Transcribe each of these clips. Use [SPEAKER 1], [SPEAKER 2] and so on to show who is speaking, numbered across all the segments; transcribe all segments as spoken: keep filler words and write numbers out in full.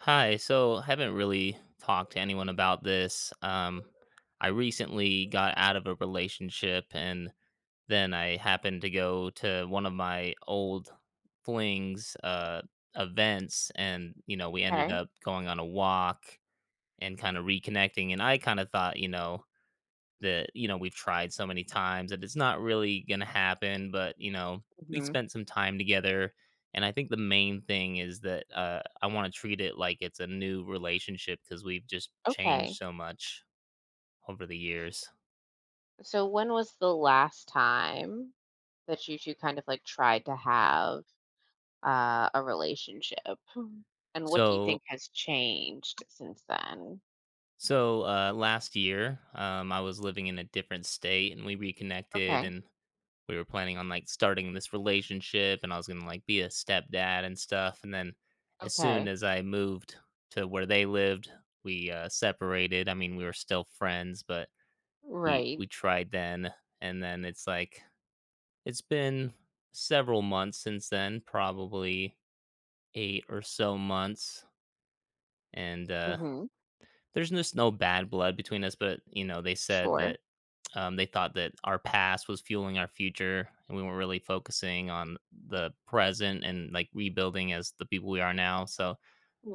[SPEAKER 1] Hi, so haven't really talked to anyone about this. Um, I recently got out of a relationship and then I happened to go to one of my old flings uh events and you know, we ended
[SPEAKER 2] Okay.
[SPEAKER 1] up going on a walk and kind of reconnecting and I kind of thought, you know, that, you know, we've tried so many times that it's not really going to happen. But, you know, we
[SPEAKER 2] Hmm.
[SPEAKER 1] spent some time together. And I think the main thing is that uh, I want to treat it like it's a new relationship because we've just changed
[SPEAKER 2] Okay.
[SPEAKER 1] so much over the years.
[SPEAKER 2] So when was the last time that you two kind of like tried to have uh, a relationship? Mhm. And what do you
[SPEAKER 1] So,
[SPEAKER 2] think has changed since then?
[SPEAKER 1] so uh, last year, um, I was living in a different state and we reconnected
[SPEAKER 2] Okay.
[SPEAKER 1] and we were planning on like starting this relationship and I was going to like be a stepdad and stuff. And then as soon
[SPEAKER 2] Okay.
[SPEAKER 1] as I moved to where they lived, we uh, separated. I mean, we were still friends, but we
[SPEAKER 2] Right.
[SPEAKER 1] we tried then and then it's like it's been several months since then, probably eight or so months and uh.
[SPEAKER 2] Hmm.
[SPEAKER 1] There's just no bad blood between us, but, you know, they said
[SPEAKER 2] Sure.
[SPEAKER 1] that, um, they thought that our past was fueling our future, and we weren't really focusing on the present and, like, rebuilding as the people we are now. So,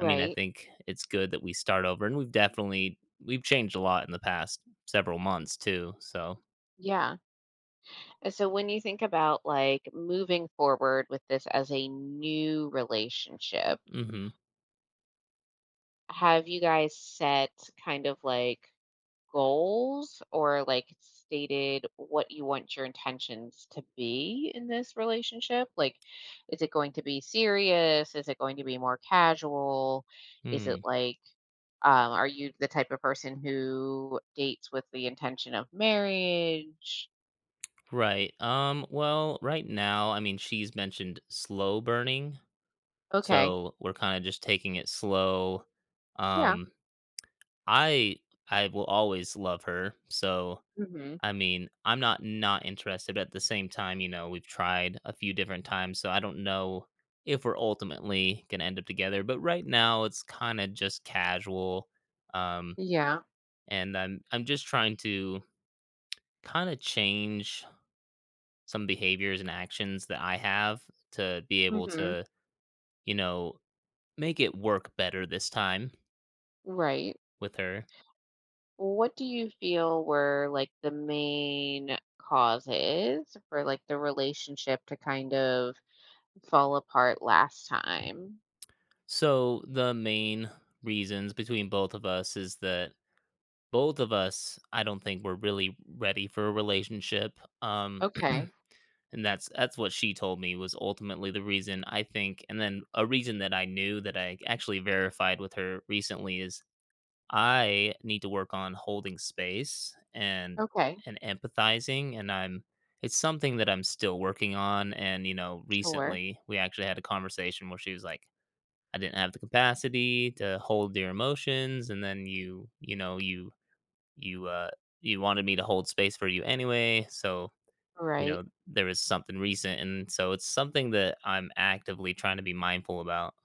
[SPEAKER 1] I mean, I think it's good that we start over, and we've definitely we've changed a lot in the past several months too. So,
[SPEAKER 2] Yeah. And so when you think about like moving forward with this as a new relationship,
[SPEAKER 1] mhm.
[SPEAKER 2] have you guys set kind of like goals or like stated what you want your intentions to be in this relationship? Like, is it going to be serious? Is it going to be more casual? Is it
[SPEAKER 1] Hmm.
[SPEAKER 2] like, um, are you the type of person who dates with the intention of marriage?
[SPEAKER 1] Right, um, well, right now, I mean, she's mentioned slow burning,
[SPEAKER 2] Okay.
[SPEAKER 1] so we're kinda just taking it slow.
[SPEAKER 2] Yeah.
[SPEAKER 1] Um, I I will always love her. So,
[SPEAKER 2] Hmm.
[SPEAKER 1] I mean, I'm not not interested, but at the same time, you know, we've tried a few different times, so I don't know if we're ultimately going to end up together, but right now it's kind of just casual. Um
[SPEAKER 2] Yeah.
[SPEAKER 1] and I'm I'm just trying to kind of change some behaviors and actions that I have to be able
[SPEAKER 2] Hmm.
[SPEAKER 1] to, you know, make it work better this time
[SPEAKER 2] Right.
[SPEAKER 1] with her.
[SPEAKER 2] What do you feel were like the main causes for like the relationship to kind of fall apart last time?
[SPEAKER 1] So the main reasons between both of us is that both of us, I don't think we're really ready for a relationship. Um,
[SPEAKER 2] Okay.
[SPEAKER 1] and that's that's what she told me was ultimately the reason I think, and then a reason that I knew that I actually verified with her recently is I need to work on holding space and
[SPEAKER 2] Okay.
[SPEAKER 1] and empathizing, and I'm it's something that I'm still working on. And you know,
[SPEAKER 2] Sure.
[SPEAKER 1] recently we actually had a conversation where she was like, I didn't have the capacity to hold your emotions, and then you, you know, you you uh you wanted me to hold space for you anyway, so you
[SPEAKER 2] Right.
[SPEAKER 1] know there was something recent, and so it's something that I'm actively trying to be mindful about.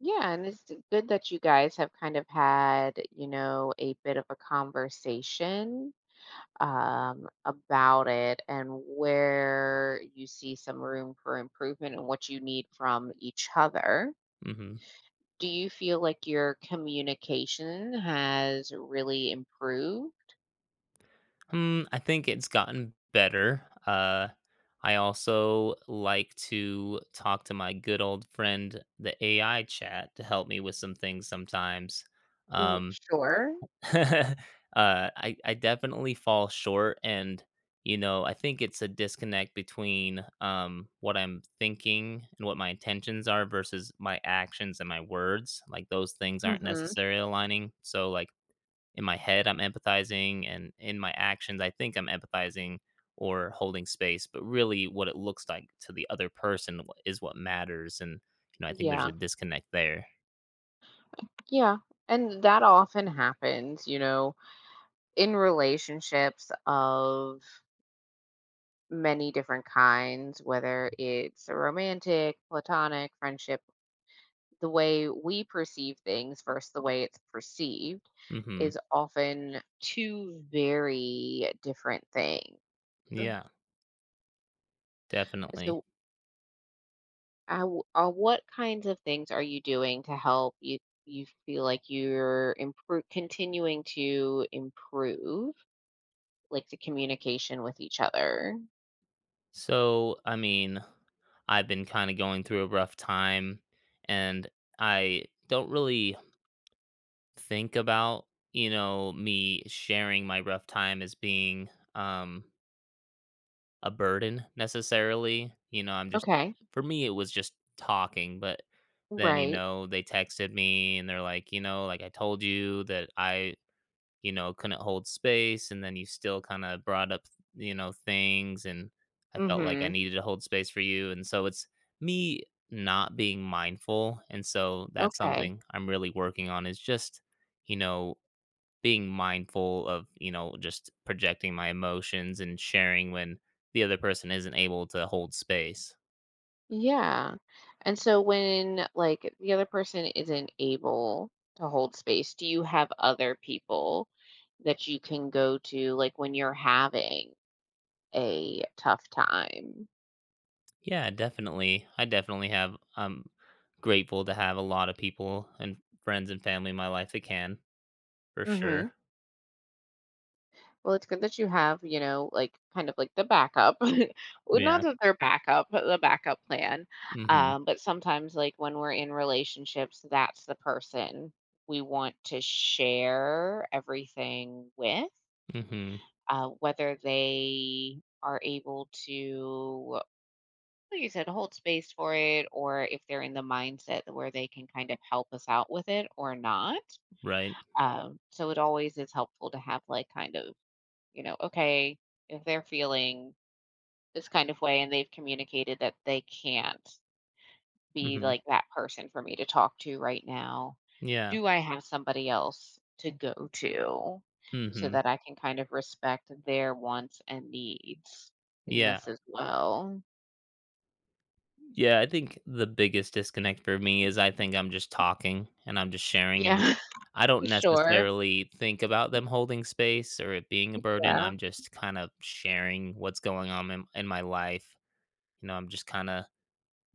[SPEAKER 2] Yeah, and it's good that you guys have kind of had, you know, a bit of a conversation um about it and where you see some room for improvement and what you need from each other.
[SPEAKER 1] Hmm.
[SPEAKER 2] Do you feel like your communication has really improved?
[SPEAKER 1] Hmm, I think it's gotten better. Uh, I also like to talk to my good old friend, the A I chat, to help me with some things sometimes.
[SPEAKER 2] Mm.
[SPEAKER 1] Um,
[SPEAKER 2] Sure.
[SPEAKER 1] uh, I I definitely fall short, and you know, I think it's a disconnect between um, what I'm thinking and what my intentions are versus my actions and my words. Like those things aren't
[SPEAKER 2] Mhm.
[SPEAKER 1] necessarily aligning. So, like in my head, I'm empathizing, and in my actions, I think I'm empathizing or holding space. But really, what it looks like to the other person wh- is what matters. And you know, I think there's
[SPEAKER 2] Yeah.
[SPEAKER 1] a disconnect there.
[SPEAKER 2] Yeah. And that often happens, you know, in relationships of many different kinds, whether it's a romantic, platonic, friendship, the way we perceive things versus the way it's perceived is
[SPEAKER 1] Hmm.
[SPEAKER 2] often two very different things.
[SPEAKER 1] Yeah, definitely.
[SPEAKER 2] So, I w- uh, what kinds of things are you doing to help you? You feel like you're impro- continuing to improve, like the communication with each other.
[SPEAKER 1] So, I mean, I've been kind of going through a rough time and I don't really think about, you know, me sharing my rough time as being um a burden necessarily. You know, I'm just,
[SPEAKER 2] Okay,
[SPEAKER 1] for me it was just talking, but then you
[SPEAKER 2] right.
[SPEAKER 1] know, they texted me and they're like, you know, like I told you that I you know, couldn't hold space, and then you still kinda brought up, you know, things, and I felt like I
[SPEAKER 2] Hmm.
[SPEAKER 1] needed to hold space for you, and so it's me not being mindful, and so that's
[SPEAKER 2] Okay.
[SPEAKER 1] something I'm really working on is just, you know, being mindful of, you know, just projecting my emotions and sharing when the other person isn't able to hold space.
[SPEAKER 2] Yeah. And so when like the other person isn't able to hold space, do you have other people that you can go to like when you're having a tough time?
[SPEAKER 1] Yeah, definitely. I definitely have I'm grateful to have a lot of people and friends and family in my life that can, for
[SPEAKER 2] Hmm.
[SPEAKER 1] sure.
[SPEAKER 2] Well, it's good that you have, you know, like kind of like the backup. Well, Not
[SPEAKER 1] Yeah.
[SPEAKER 2] that they're backup, but the backup plan.
[SPEAKER 1] Mhm,
[SPEAKER 2] Um, but sometimes like when we're in relationships, that's the person we want to share everything with
[SPEAKER 1] mhm,
[SPEAKER 2] uh, whether they are able to, like you said, hold space for it, or if they're in the mindset where they can kind of help us out with it or not.
[SPEAKER 1] right,
[SPEAKER 2] Um, so it always is helpful to have, like, kind of, you know, okay, if they're feeling this kind of way and they've communicated that they can't be
[SPEAKER 1] mhm,
[SPEAKER 2] like that person for me to talk to right now.
[SPEAKER 1] yeah,
[SPEAKER 2] Do I have somebody else to go to so
[SPEAKER 1] mhm,
[SPEAKER 2] that I can kind of respect their wants and needs in this
[SPEAKER 1] yeah.
[SPEAKER 2] as well?
[SPEAKER 1] Yeah, I think the biggest disconnect for me is I think I'm just talking and I'm just sharing, and
[SPEAKER 2] Yeah,
[SPEAKER 1] I don't
[SPEAKER 2] sure.
[SPEAKER 1] necessarily think about them holding space or it being a burden,
[SPEAKER 2] Yeah,
[SPEAKER 1] I'm just kind of sharing what's going on in in my life, you know, I'm just kinda,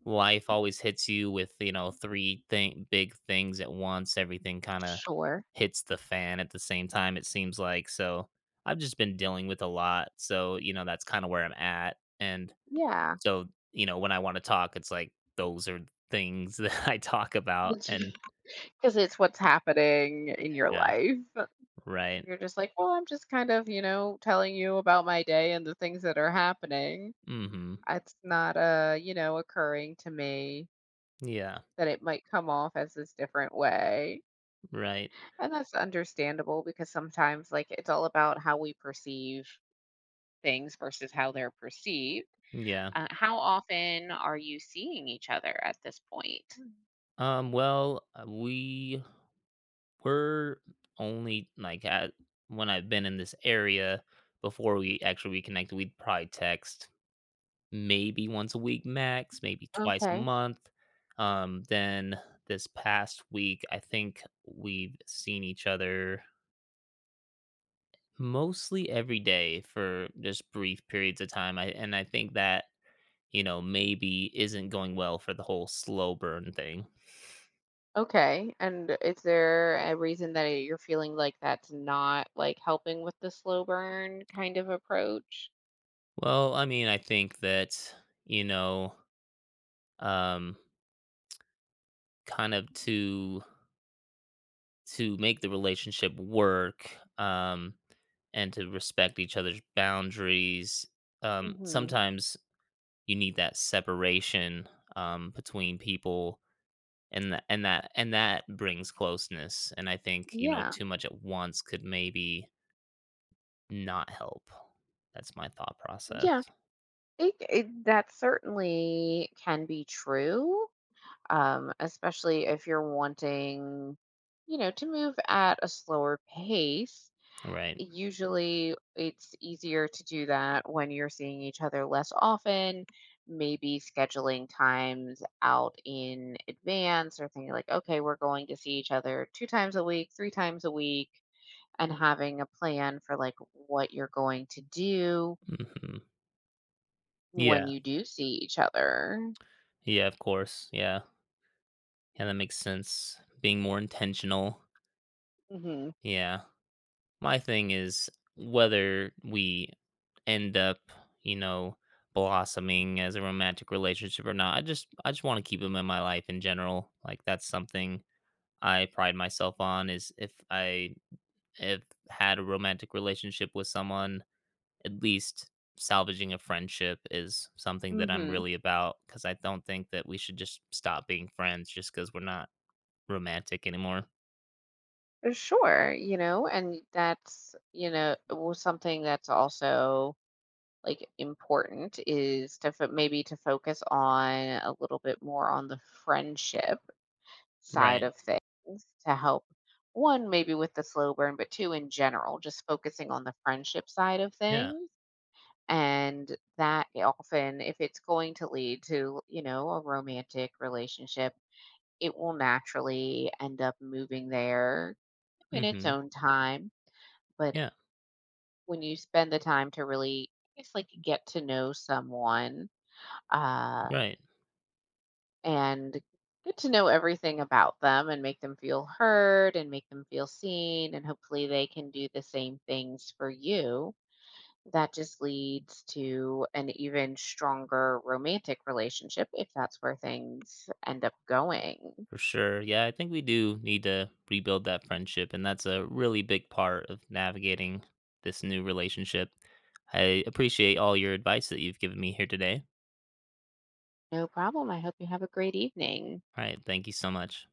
[SPEAKER 1] life always hits you with, you know, three thing big things at once. Everything kinda
[SPEAKER 2] sure.
[SPEAKER 1] hits the fan at the same time, it seems like. So, I've just been dealing with a lot. So, you know, that's kinda where I'm at. And
[SPEAKER 2] Yeah.
[SPEAKER 1] so, you know, when I wanna talk, it's like those are things that I talk about and
[SPEAKER 2] Because it's what's happening in your
[SPEAKER 1] yeah,
[SPEAKER 2] life.
[SPEAKER 1] right.
[SPEAKER 2] You're just like, well, I'm just kind of, you know, telling you about my day and the things that are happening.
[SPEAKER 1] Mhm.
[SPEAKER 2] It's not, uh, you know, occurring to me
[SPEAKER 1] Yeah,
[SPEAKER 2] that it might come off as this different way.
[SPEAKER 1] right.
[SPEAKER 2] And that's understandable because sometimes, like, it's all about how we perceive things versus how they're perceived.
[SPEAKER 1] Yeah.
[SPEAKER 2] Uh, how often are you seeing each other at this point? Mm.
[SPEAKER 1] Um, well, uh, we We're only like at, when I've been in this area before we actually reconnected, we'd probably text maybe once a week max, maybe twice a
[SPEAKER 2] Okay.
[SPEAKER 1] month. Um, then this past week, I think we've seen each other mostly every day for just brief periods of time. I and I think that, you know, maybe isn't going well for the whole slow burn thing.
[SPEAKER 2] Okay. And is there a reason that you're feeling like that's not like helping with the slow burn kind of approach?
[SPEAKER 1] Well, I mean, I think that, you know, um, kind of to to make the relationship work, um, and to respect each other's boundaries. Um,
[SPEAKER 2] Mhm.
[SPEAKER 1] sometimes you need that separation, um, between people, and that and that and that brings closeness. And I think you know
[SPEAKER 2] Yeah.
[SPEAKER 1] too much at once could maybe not help. That's my thought
[SPEAKER 2] Yeah.
[SPEAKER 1] process.
[SPEAKER 2] It, it, that certainly can be true. Um, especially if you're wanting, you know, to move at a slower pace.
[SPEAKER 1] Right.
[SPEAKER 2] Usually it's easier to do that when you're seeing each other less often, maybe scheduling times out in advance or thinking like, okay, we're going to see each other two times a week, three times a week, and having a plan for like what you're going to do
[SPEAKER 1] Hmm.
[SPEAKER 2] when
[SPEAKER 1] Yeah.
[SPEAKER 2] you do see each other.
[SPEAKER 1] Yeah. Of course. Yeah. Yeah. That makes sense. Being more intentional.
[SPEAKER 2] Hmm.
[SPEAKER 1] Yeah. My thing is whether we end up, you know, blossoming as a romantic relationship or not. I just I just want to keep them in my life in general. Like that's something I pride myself on is if I have had a romantic relationship with someone, at least salvaging a friendship is something that I'm
[SPEAKER 2] Hmm.
[SPEAKER 1] really about because I don't think that we should just stop being friends just because we're not romantic anymore.
[SPEAKER 2] Sure, you know, and that's, you know, well, something that's also like important is to fo- maybe to focus on a little bit more on the friendship side
[SPEAKER 1] Right.
[SPEAKER 2] of things to help one maybe with the slow burn, but two in general, just focusing on the friendship side of
[SPEAKER 1] Yeah.
[SPEAKER 2] things. And that often, if it's going to lead to, you know, a romantic relationship, it will naturally end up moving there in its
[SPEAKER 1] Hmm.
[SPEAKER 2] own time, but
[SPEAKER 1] Yeah.
[SPEAKER 2] when you spend the time to really, it's like get to know someone, uh,
[SPEAKER 1] Right.
[SPEAKER 2] and get to know everything about them and make them feel heard and make them feel seen. And hopefully they can do the same things for you. That just leads to an even stronger romantic relationship if that's where things end up going.
[SPEAKER 1] For sure. Yeah, I think we do need to rebuild that friendship. And that's a really big part of navigating this new relationship. I appreciate all your advice that you've given me here today.
[SPEAKER 2] No problem. I hope you have a great evening.
[SPEAKER 1] All right. Thank you so much.